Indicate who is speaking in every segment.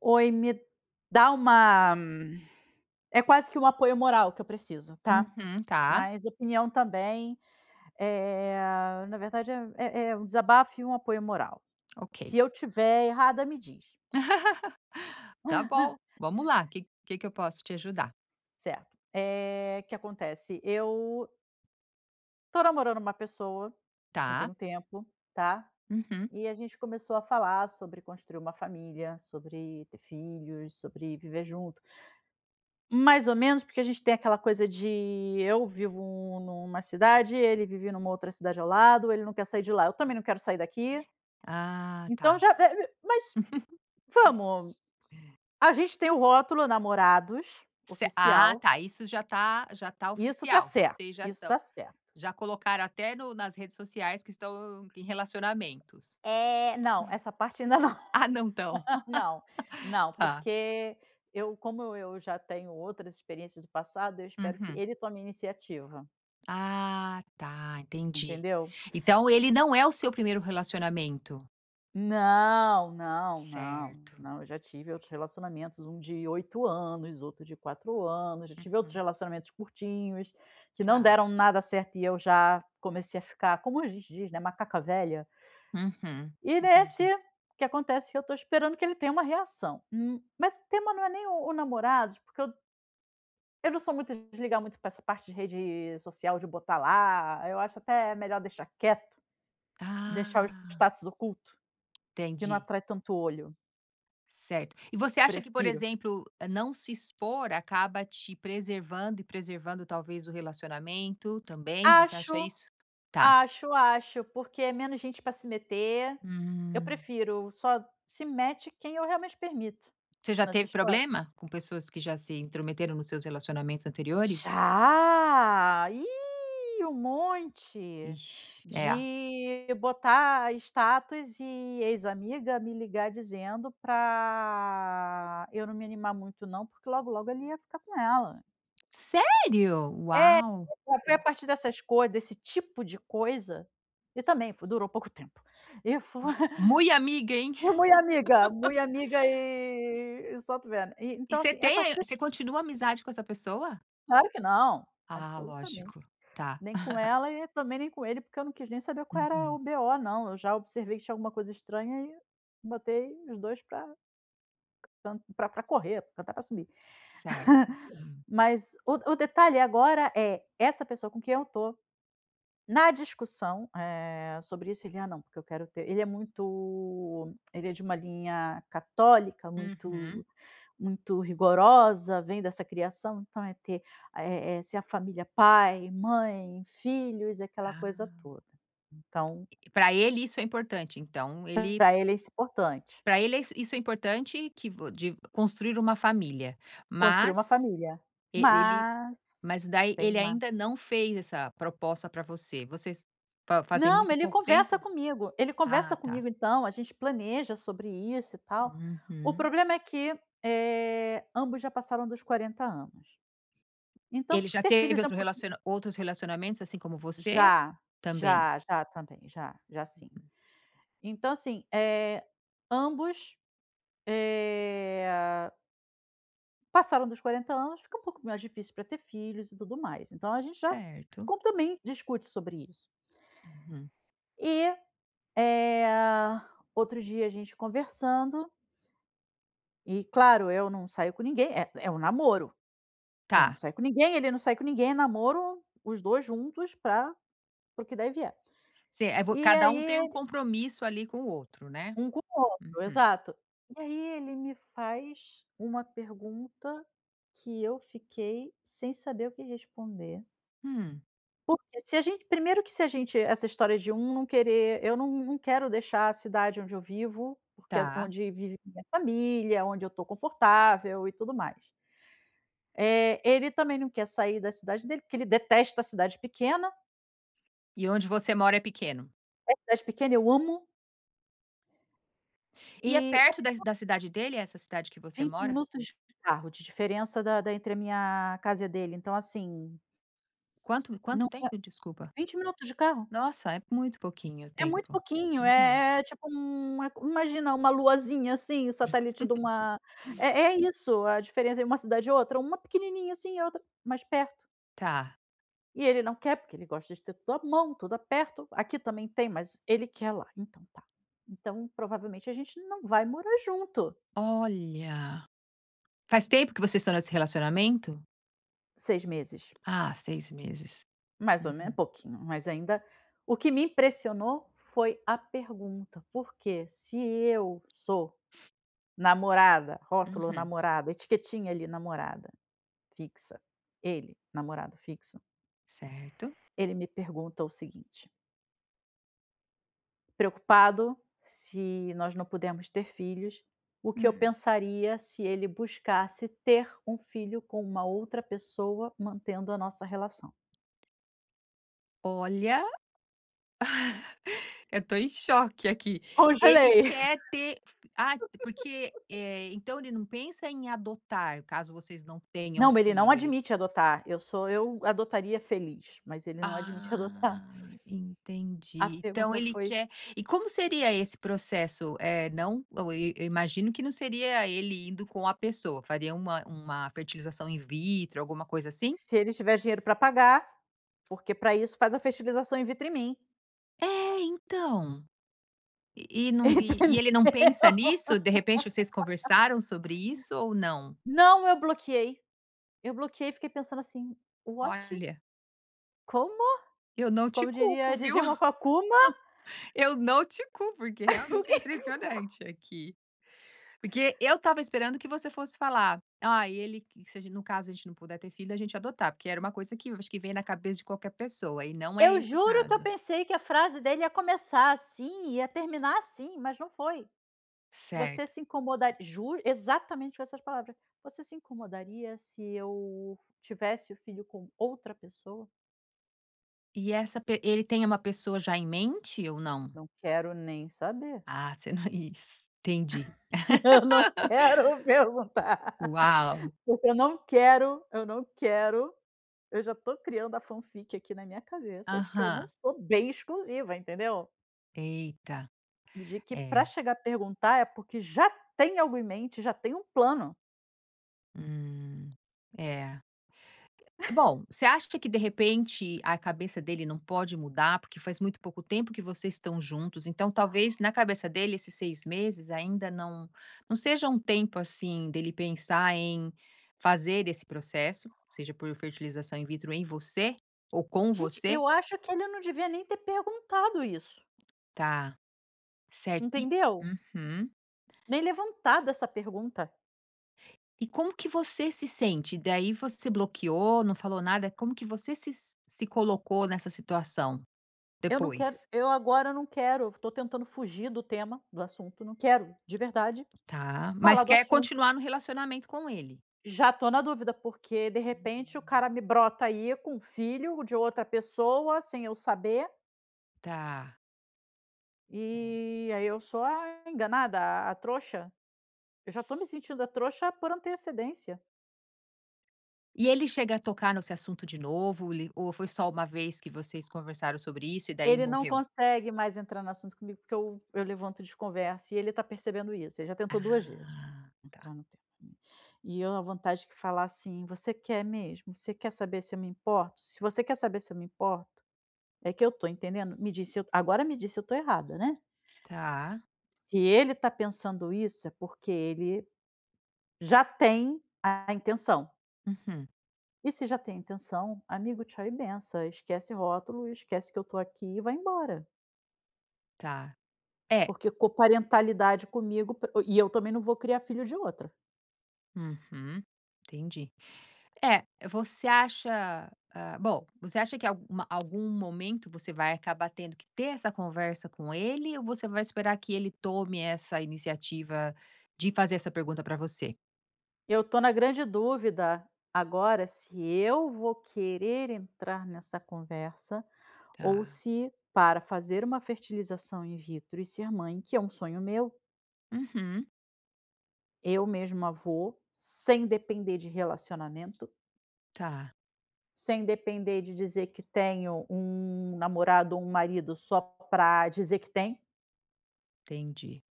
Speaker 1: Oi, me dá uma é quase que um apoio moral que eu preciso, tá.
Speaker 2: Uhum, tá,
Speaker 1: Mas opinião também, é na verdade é um desabafo e um apoio moral.
Speaker 2: ok.
Speaker 1: Se eu tiver errada, me diz.
Speaker 2: Tá bom, vamos lá. O que que eu posso te ajudar?
Speaker 1: Certo. É que acontece, eu tô namorando uma pessoa, já tem
Speaker 2: Tá,
Speaker 1: um tempo, tá.
Speaker 2: uhum.
Speaker 1: E a gente começou a falar sobre construir uma família, sobre ter filhos, sobre viver junto. Mais ou menos, porque a gente tem aquela coisa de eu vivo numa cidade, ele vive numa outra cidade ao lado, ele não quer sair de lá, eu também não quero sair daqui.
Speaker 2: Ah,
Speaker 1: Então
Speaker 2: tá.
Speaker 1: já mas vamos, a gente tem o rótulo namorados oficial,
Speaker 2: Isso já tá
Speaker 1: isso tá
Speaker 2: oficial,
Speaker 1: certo,
Speaker 2: vocês já
Speaker 1: isso
Speaker 2: estão
Speaker 1: tá certo.
Speaker 2: já colocaram até no nas redes sociais que estão em relacionamentos.
Speaker 1: É, não, essa parte ainda não,
Speaker 2: Ah, não estão.
Speaker 1: não, não,
Speaker 2: Tá.
Speaker 1: porque eu como eu já tenho outras experiências do passado, eu espero que
Speaker 2: Uhum.
Speaker 1: ele tome a iniciativa,
Speaker 2: Ah, tá, entendi.
Speaker 1: entendeu?
Speaker 2: Então ele não é o seu primeiro relacionamento?
Speaker 1: Não, não, não,
Speaker 2: Certo.
Speaker 1: não, eu já tive outros relacionamentos, um de 8 anos, outro de 4 anos, já tive outros
Speaker 2: Uhum.
Speaker 1: relacionamentos curtinhos, que não
Speaker 2: Tá.
Speaker 1: deram nada certo e eu já comecei a ficar, como a gente diz, né, macaca velha.
Speaker 2: Uhum.
Speaker 1: E nesse,
Speaker 2: Entendi.
Speaker 1: o que acontece é que eu tô esperando que ele tenha uma reação. Mas o tema não é nem o namorado, porque eu não sou muito de ligar muito para essa parte de rede social, de botar lá, eu acho até melhor deixar quieto, deixar o
Speaker 2: Ah.
Speaker 1: status oculto, que não
Speaker 2: Entendi,
Speaker 1: atrai tanto olho,
Speaker 2: certo. E você acha que, por
Speaker 1: prefiro.
Speaker 2: exemplo, não se expor acaba te preservando e preservando talvez o relacionamento também? Você acha
Speaker 1: Acho,
Speaker 2: isso? Tá.
Speaker 1: acho, acho, porque é menos gente pra se meter. Eu
Speaker 2: Hum.
Speaker 1: prefiro, só se mete quem eu realmente permito
Speaker 2: Você já
Speaker 1: nessa
Speaker 2: teve
Speaker 1: história.
Speaker 2: problema com pessoas que já se intrometeram nos seus relacionamentos anteriores?
Speaker 1: Já! Ih, um monte!
Speaker 2: Ixi, é.
Speaker 1: De botar status e ex-amiga me ligar dizendo pra eu não me animar muito não, porque logo, logo ele ia ficar com ela.
Speaker 2: Sério?
Speaker 1: É,
Speaker 2: Uau!
Speaker 1: foi
Speaker 2: Ó,
Speaker 1: a partir dessas coisas, desse tipo de coisa e também fo durou pouco tempo. E foi
Speaker 2: nossa. Mui amiga, hein?
Speaker 1: é mui amiga, muito amiga e solta o veneno. E
Speaker 2: E
Speaker 1: então,
Speaker 2: você
Speaker 1: assim, é a partir
Speaker 2: tem
Speaker 1: desse
Speaker 2: você continua a amizade com essa pessoa?
Speaker 1: claro que não,
Speaker 2: Ah,
Speaker 1: absolutamente.
Speaker 2: lógico. Tá.
Speaker 1: Nem com ela e também nem com ele, porque eu não quis nem saber qual era o
Speaker 2: Uhum.
Speaker 1: BO não, eu já observei que tinha alguma coisa estranha e botei os 2 para pra correr, cantar pra subir.
Speaker 2: Certo. Hum.
Speaker 1: Mas o detalhe agora é, essa pessoa com quem eu tô, na discussão, sobre isso, ele: "Ah, não, porque eu quero ter" ele é muito ele é de uma linha católica, muito
Speaker 2: Uhum.
Speaker 1: muito rigorosa, vem dessa criação, então é ter ser a família pai, mãe, filhos, aquela coisa
Speaker 2: Ah.
Speaker 1: toda. Então,
Speaker 2: Para ele isso é importante, então ele
Speaker 1: para ele é isso importante,
Speaker 2: para ele é isso é importante que vo de construir uma família,
Speaker 1: construir uma
Speaker 2: mas
Speaker 1: família.
Speaker 2: e ele mas
Speaker 1: Mas,
Speaker 2: daí
Speaker 1: tem um
Speaker 2: ele ainda
Speaker 1: mas.
Speaker 2: não fez essa proposta para você. Vocês fa fazem
Speaker 1: Não,
Speaker 2: muito pouco tempo?
Speaker 1: ele
Speaker 2: Ah,
Speaker 1: conversa
Speaker 2: tá.
Speaker 1: comigo então, a gente planeja sobre isso e tal. O
Speaker 2: Uhum.
Speaker 1: problema é que, ambos já passaram dos 40 anos. Então,
Speaker 2: Ele já
Speaker 1: ter
Speaker 2: teve
Speaker 1: filhos é um pouquinho
Speaker 2: outros relacionamentos, assim como você?
Speaker 1: já,
Speaker 2: Também.
Speaker 1: já, já também, já, já sim. Então, assim, ambos, eh, passaram dos 40 anos, fica um pouco mais difícil para ter filhos e tudo mais. Então a gente já
Speaker 2: Certo.
Speaker 1: como também discute sobre isso.
Speaker 2: Uhum.
Speaker 1: E, eh, outro dia a gente conversando e claro, eu não saio com ninguém, é um namoro. Eu não
Speaker 2: Tá.
Speaker 1: saio com ninguém, ele não sai com ninguém, é namoro os 2 juntos pra para o que deve e
Speaker 2: Você é vo
Speaker 1: E
Speaker 2: cada
Speaker 1: aí
Speaker 2: um tem um compromisso ali com o outro, né?
Speaker 1: um com o outro,
Speaker 2: Uhum.
Speaker 1: exato. E aí ele me faz uma pergunta que eu fiquei sem saber o que responder,
Speaker 2: Hum,
Speaker 1: porque se a gente primeiro que se a gente essa história de um não querer eu não quero deixar a cidade onde eu vivo, porque é
Speaker 2: tá.
Speaker 1: onde vive minha família, onde eu estou confortável e tudo mais. É ele também não quer sair da cidade dele, porque ele detesta a
Speaker 2: E onde você mora é pequeno?
Speaker 1: cidade pequena eu amo,
Speaker 2: E é
Speaker 1: e
Speaker 2: perto
Speaker 1: é
Speaker 2: da cidade dele, essa cidade que você
Speaker 1: 20
Speaker 2: mora?
Speaker 1: minutos de carro de diferença da entre a minha casa e a dele, então assim,
Speaker 2: Quanto
Speaker 1: não é
Speaker 2: tempo? Desculpa.
Speaker 1: 20 minutos de carro?
Speaker 2: Nossa, é muito pouquinho
Speaker 1: É muito
Speaker 2: tempo.
Speaker 1: pouquinho,
Speaker 2: Uhum.
Speaker 1: é tipo uma imagina uma luazinha, assim, satélite de uma é é isso, a diferença entre uma cidade e outra, uma pequenininha assim e outra mais perto.
Speaker 2: Tá.
Speaker 1: E ele não quer, porque ele gosta de ter tudo à mão, tudo a perto, aqui também tem, mas ele quer lá, então tá. Então provavelmente a gente não vai morar junto
Speaker 2: Olha. Faz tempo que vocês estão nesse relacionamento?
Speaker 1: 6 meses,
Speaker 2: Ah, 6 meses.
Speaker 1: mais ou menos,
Speaker 2: Uhum,
Speaker 1: pouquinho, mas ainda o que me impressionou foi a pergunta, porque se eu sou namorada, rótulo
Speaker 2: uhum.
Speaker 1: namorada, etiquetinha ali namorada, fixa. Ele, namorado fixo,
Speaker 2: Certo.
Speaker 1: ele me pergunta o seguinte: "Preocupado se nós não pudermos ter filhos, o que eu
Speaker 2: Hum.
Speaker 1: pensaria se ele buscasse ter um filho com uma outra pessoa mantendo a nossa relação?"
Speaker 2: Olha, eu tô em choque aqui. Ele
Speaker 1: Congelei.
Speaker 2: quer ter ah, porque, então ele não pensa em adotar, caso vocês não tenham
Speaker 1: Não, ele não
Speaker 2: filho, ele.
Speaker 1: admite adotar, eu sou eu adotaria feliz, mas ele não admite adotar.
Speaker 2: Ah,
Speaker 1: A
Speaker 2: entendi. Então
Speaker 1: pergunta
Speaker 2: ele
Speaker 1: foi
Speaker 2: quer, e como seria esse processo? Não, eu imagino que não seria ele indo com a pessoa, faria uma fertilização in vitro, alguma coisa assim?
Speaker 1: se ele tiver dinheiro para pagar, porque para isso faz a fertilização in vitro em mim.
Speaker 2: É, então. E e não e e
Speaker 1: Entendeu?
Speaker 2: ele não pensa nisso? De repente vocês conversaram sobre isso ou não?
Speaker 1: Não, eu bloqueei. Eu bloqueei e fiquei pensando assim: "What?
Speaker 2: Olha,
Speaker 1: Como?"
Speaker 2: eu não te
Speaker 1: Como
Speaker 2: culpo,
Speaker 1: diria
Speaker 2: viu.
Speaker 1: Didi Mococuma.
Speaker 2: Eu não te culpo, porque
Speaker 1: O
Speaker 2: realmente é
Speaker 1: que que
Speaker 2: impressionante aqui. Porque eu tava esperando que você fosse falar: "Ah, e ele que se a gen no caso a gente não puder ter filho, a gente adotar", porque era uma coisa que eu acho que vem na cabeça de qualquer pessoa, e não é
Speaker 1: eu
Speaker 2: esse o
Speaker 1: juro que eu
Speaker 2: caso.
Speaker 1: pensei que a frase dele ia começar assim, ia terminar assim, mas não foi. "Você
Speaker 2: Certo.
Speaker 1: se incomodaria? Juro, exatamente com essas palavras. "Você se incomodaria se eu tivesse o filho com outra pessoa?"
Speaker 2: E essa pe ele tem uma pessoa já em mente ou não?
Speaker 1: Não quero nem saber.
Speaker 2: Ah, você não is entendi.
Speaker 1: Eu não quero perguntar,
Speaker 2: Uau!
Speaker 1: porque eu não quero, eu não quero eu já tô criando a fanfic aqui na minha cabeça de que eu não
Speaker 2: Aham.
Speaker 1: sou bem exclusiva, entendeu?
Speaker 2: Eita.
Speaker 1: De que pra
Speaker 2: É.
Speaker 1: chegar a perguntar é porque já tem algo em mente, já tem um plano.
Speaker 2: Hum. É. Bom, você acha que de repente a cabeça dele não pode mudar, porque faz muito pouco tempo que vocês estão juntos, então talvez na cabeça dele esses 6 meses ainda não seja um tempo, assim, dele pensar em fazer esse processo, seja por fertilização in vitro em você ou com
Speaker 1: Gente,
Speaker 2: você?
Speaker 1: eu acho que ele não devia nem ter perguntado isso,
Speaker 2: Tá, certo. E
Speaker 1: entendeu?
Speaker 2: uhum.
Speaker 1: Nem levantado essa pergunta.
Speaker 2: E como que você se sente? Daí você bloqueou, não falou nada, como que você se se colocou nessa situação
Speaker 1: Eu não quero
Speaker 2: depois?
Speaker 1: eu agora não quero, tô tentando fugir do tema, do assunto, não quero, de verdade,
Speaker 2: Tá, mas
Speaker 1: falar do
Speaker 2: quer
Speaker 1: assunto.
Speaker 2: continuar no relacionamento com ele?
Speaker 1: Já tô na dúvida, porque de
Speaker 2: Hum.
Speaker 1: repente o cara me brota aí com um filho de outra pessoa sem eu saber,
Speaker 2: Tá, é.
Speaker 1: e aí eu sou a enganada, a trouxa. Eu já estou me
Speaker 2: S
Speaker 1: sentindo a trouxa por antecedência.
Speaker 2: e ele chega a tocar nesse assunto de novo, ele ou foi só uma vez que vocês conversaram sobre isso e daí
Speaker 1: Ele não
Speaker 2: morreu?
Speaker 1: consegue mais entrar no assunto comigo, porque eu levanto de conversa e ele está percebendo isso, ele já tentou 2 vezes
Speaker 2: Ah,
Speaker 1: entrar no tema. Né. E eu a vontade de falar assim: "Você quer mesmo? Você quer saber se eu me importo? Se você quer saber se eu me importo, é que eu estou entendendo, me disse eu agora me disse eu estou errada, né?
Speaker 2: tá.
Speaker 1: Se ele está pensando isso, é porque ele já tem a intenção".
Speaker 2: Uhum,
Speaker 1: E se já tem intenção, amigo, tchau e benção. Esquece rótulo, esquece que eu tô aqui e vai embora.
Speaker 2: tá. É.
Speaker 1: Porque coparentalidade comigo e eu também não vou criar filho de outra.
Speaker 2: Uhum, entendi. É, você acha, bom, você acha que algum momento você vai acabar tendo que ter essa conversa com ele ou você vai esperar que ele tome essa iniciativa de fazer essa pergunta pra você?
Speaker 1: Eu tô na grande dúvida agora se eu vou querer entrar nessa conversa ou
Speaker 2: Tá.
Speaker 1: se para fazer uma fertilização in vitro e ser mãe, que é um sonho meu,
Speaker 2: Uhum.
Speaker 1: eu mesma vou, sem depender de relacionamento,
Speaker 2: Tá,
Speaker 1: sem depender de dizer que tenho um namorado ou um marido só pra dizer que tem,
Speaker 2: entendi.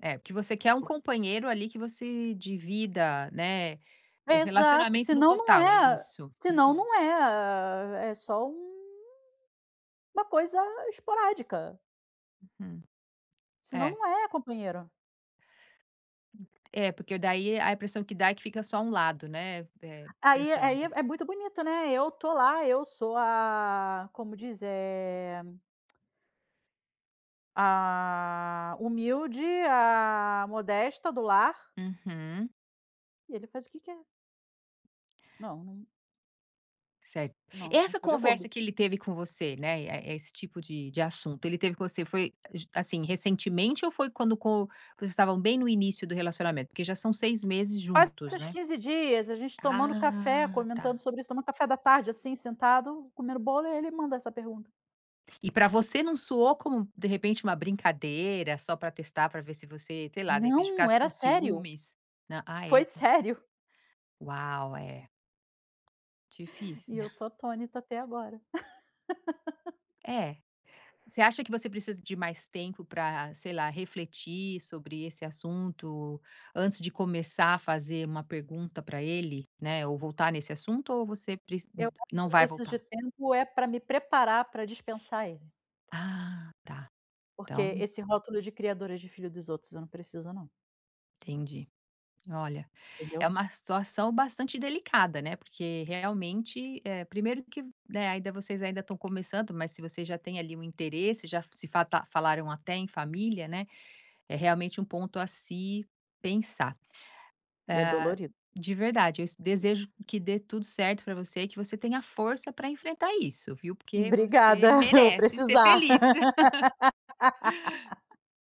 Speaker 2: É, porque você quer um
Speaker 1: porque
Speaker 2: companheiro ali que você divida, né, o
Speaker 1: exato,
Speaker 2: relacionamento no
Speaker 1: senão não
Speaker 2: total, é
Speaker 1: é
Speaker 2: isso?
Speaker 1: senão
Speaker 2: Uhum,
Speaker 1: não é só um uma coisa esporádica,
Speaker 2: uhum.
Speaker 1: senão
Speaker 2: É,
Speaker 1: não é companheiro.
Speaker 2: é, porque daí a impressão que dá é que fica só um lado, né,
Speaker 1: Aí é
Speaker 2: tentando.
Speaker 1: é muito bonito, né, eu tô lá, eu sou a como diz, a humilde, a modesta do lar,
Speaker 2: Uhum,
Speaker 1: e ele faz o que quer. Não, não
Speaker 2: certo.
Speaker 1: não,
Speaker 2: Essa
Speaker 1: tô de
Speaker 2: conversa
Speaker 1: acordo.
Speaker 2: que ele teve com você, né, é é esse tipo de assunto, ele teve com você, foi, j assim, recentemente ou foi quando co vocês estavam bem no início do relacionamento? Porque já são 6 meses
Speaker 1: Faz
Speaker 2: juntos,
Speaker 1: esses
Speaker 2: né?
Speaker 1: 15 dias, a gente tomando café,
Speaker 2: Ah, tá.
Speaker 1: comentando sobre isso, tomando café da tarde, assim, sentado, comendo bolo, e ele manda essa pergunta.
Speaker 2: E pra você não soou como, de repente, uma brincadeira só pra testar, pra ver se você, sei lá, de repente
Speaker 1: Não,
Speaker 2: ficasse com
Speaker 1: era sério.
Speaker 2: ciúmes? Não, ah, é,
Speaker 1: Foi
Speaker 2: você
Speaker 1: sério.
Speaker 2: uau, é, difícil,
Speaker 1: E
Speaker 2: né.
Speaker 1: eu tô atônita até agora.
Speaker 2: É. Você acha que você precisa de mais tempo pra, sei lá, refletir sobre esse assunto antes de começar a fazer uma pergunta pra ele, né, ou voltar nesse assunto ou você preci
Speaker 1: Eu acho
Speaker 2: não
Speaker 1: que eu
Speaker 2: vai
Speaker 1: preciso de
Speaker 2: voltar?
Speaker 1: tempo é pra me preparar pra dispensar ele,
Speaker 2: Ah, tá.
Speaker 1: porque
Speaker 2: Então,
Speaker 1: esse rótulo de criadora de filho dos outros, eu não preciso não.
Speaker 2: entendi. Olha, é
Speaker 1: Entendeu?
Speaker 2: uma situação bastante delicada, né, porque realmente, primeiro que, né, ainda vocês ainda estão começando, mas se vocês já têm ali um interesse, já se fata falaram até em família, né, é realmente um ponto a se pensar.
Speaker 1: É dolorido.
Speaker 2: De verdade, eu es desejo que dê tudo certo para você, que você tenha força para enfrentar isso, viu, porque você
Speaker 1: Obrigada, eu vou
Speaker 2: merece ser
Speaker 1: precisar.
Speaker 2: feliz.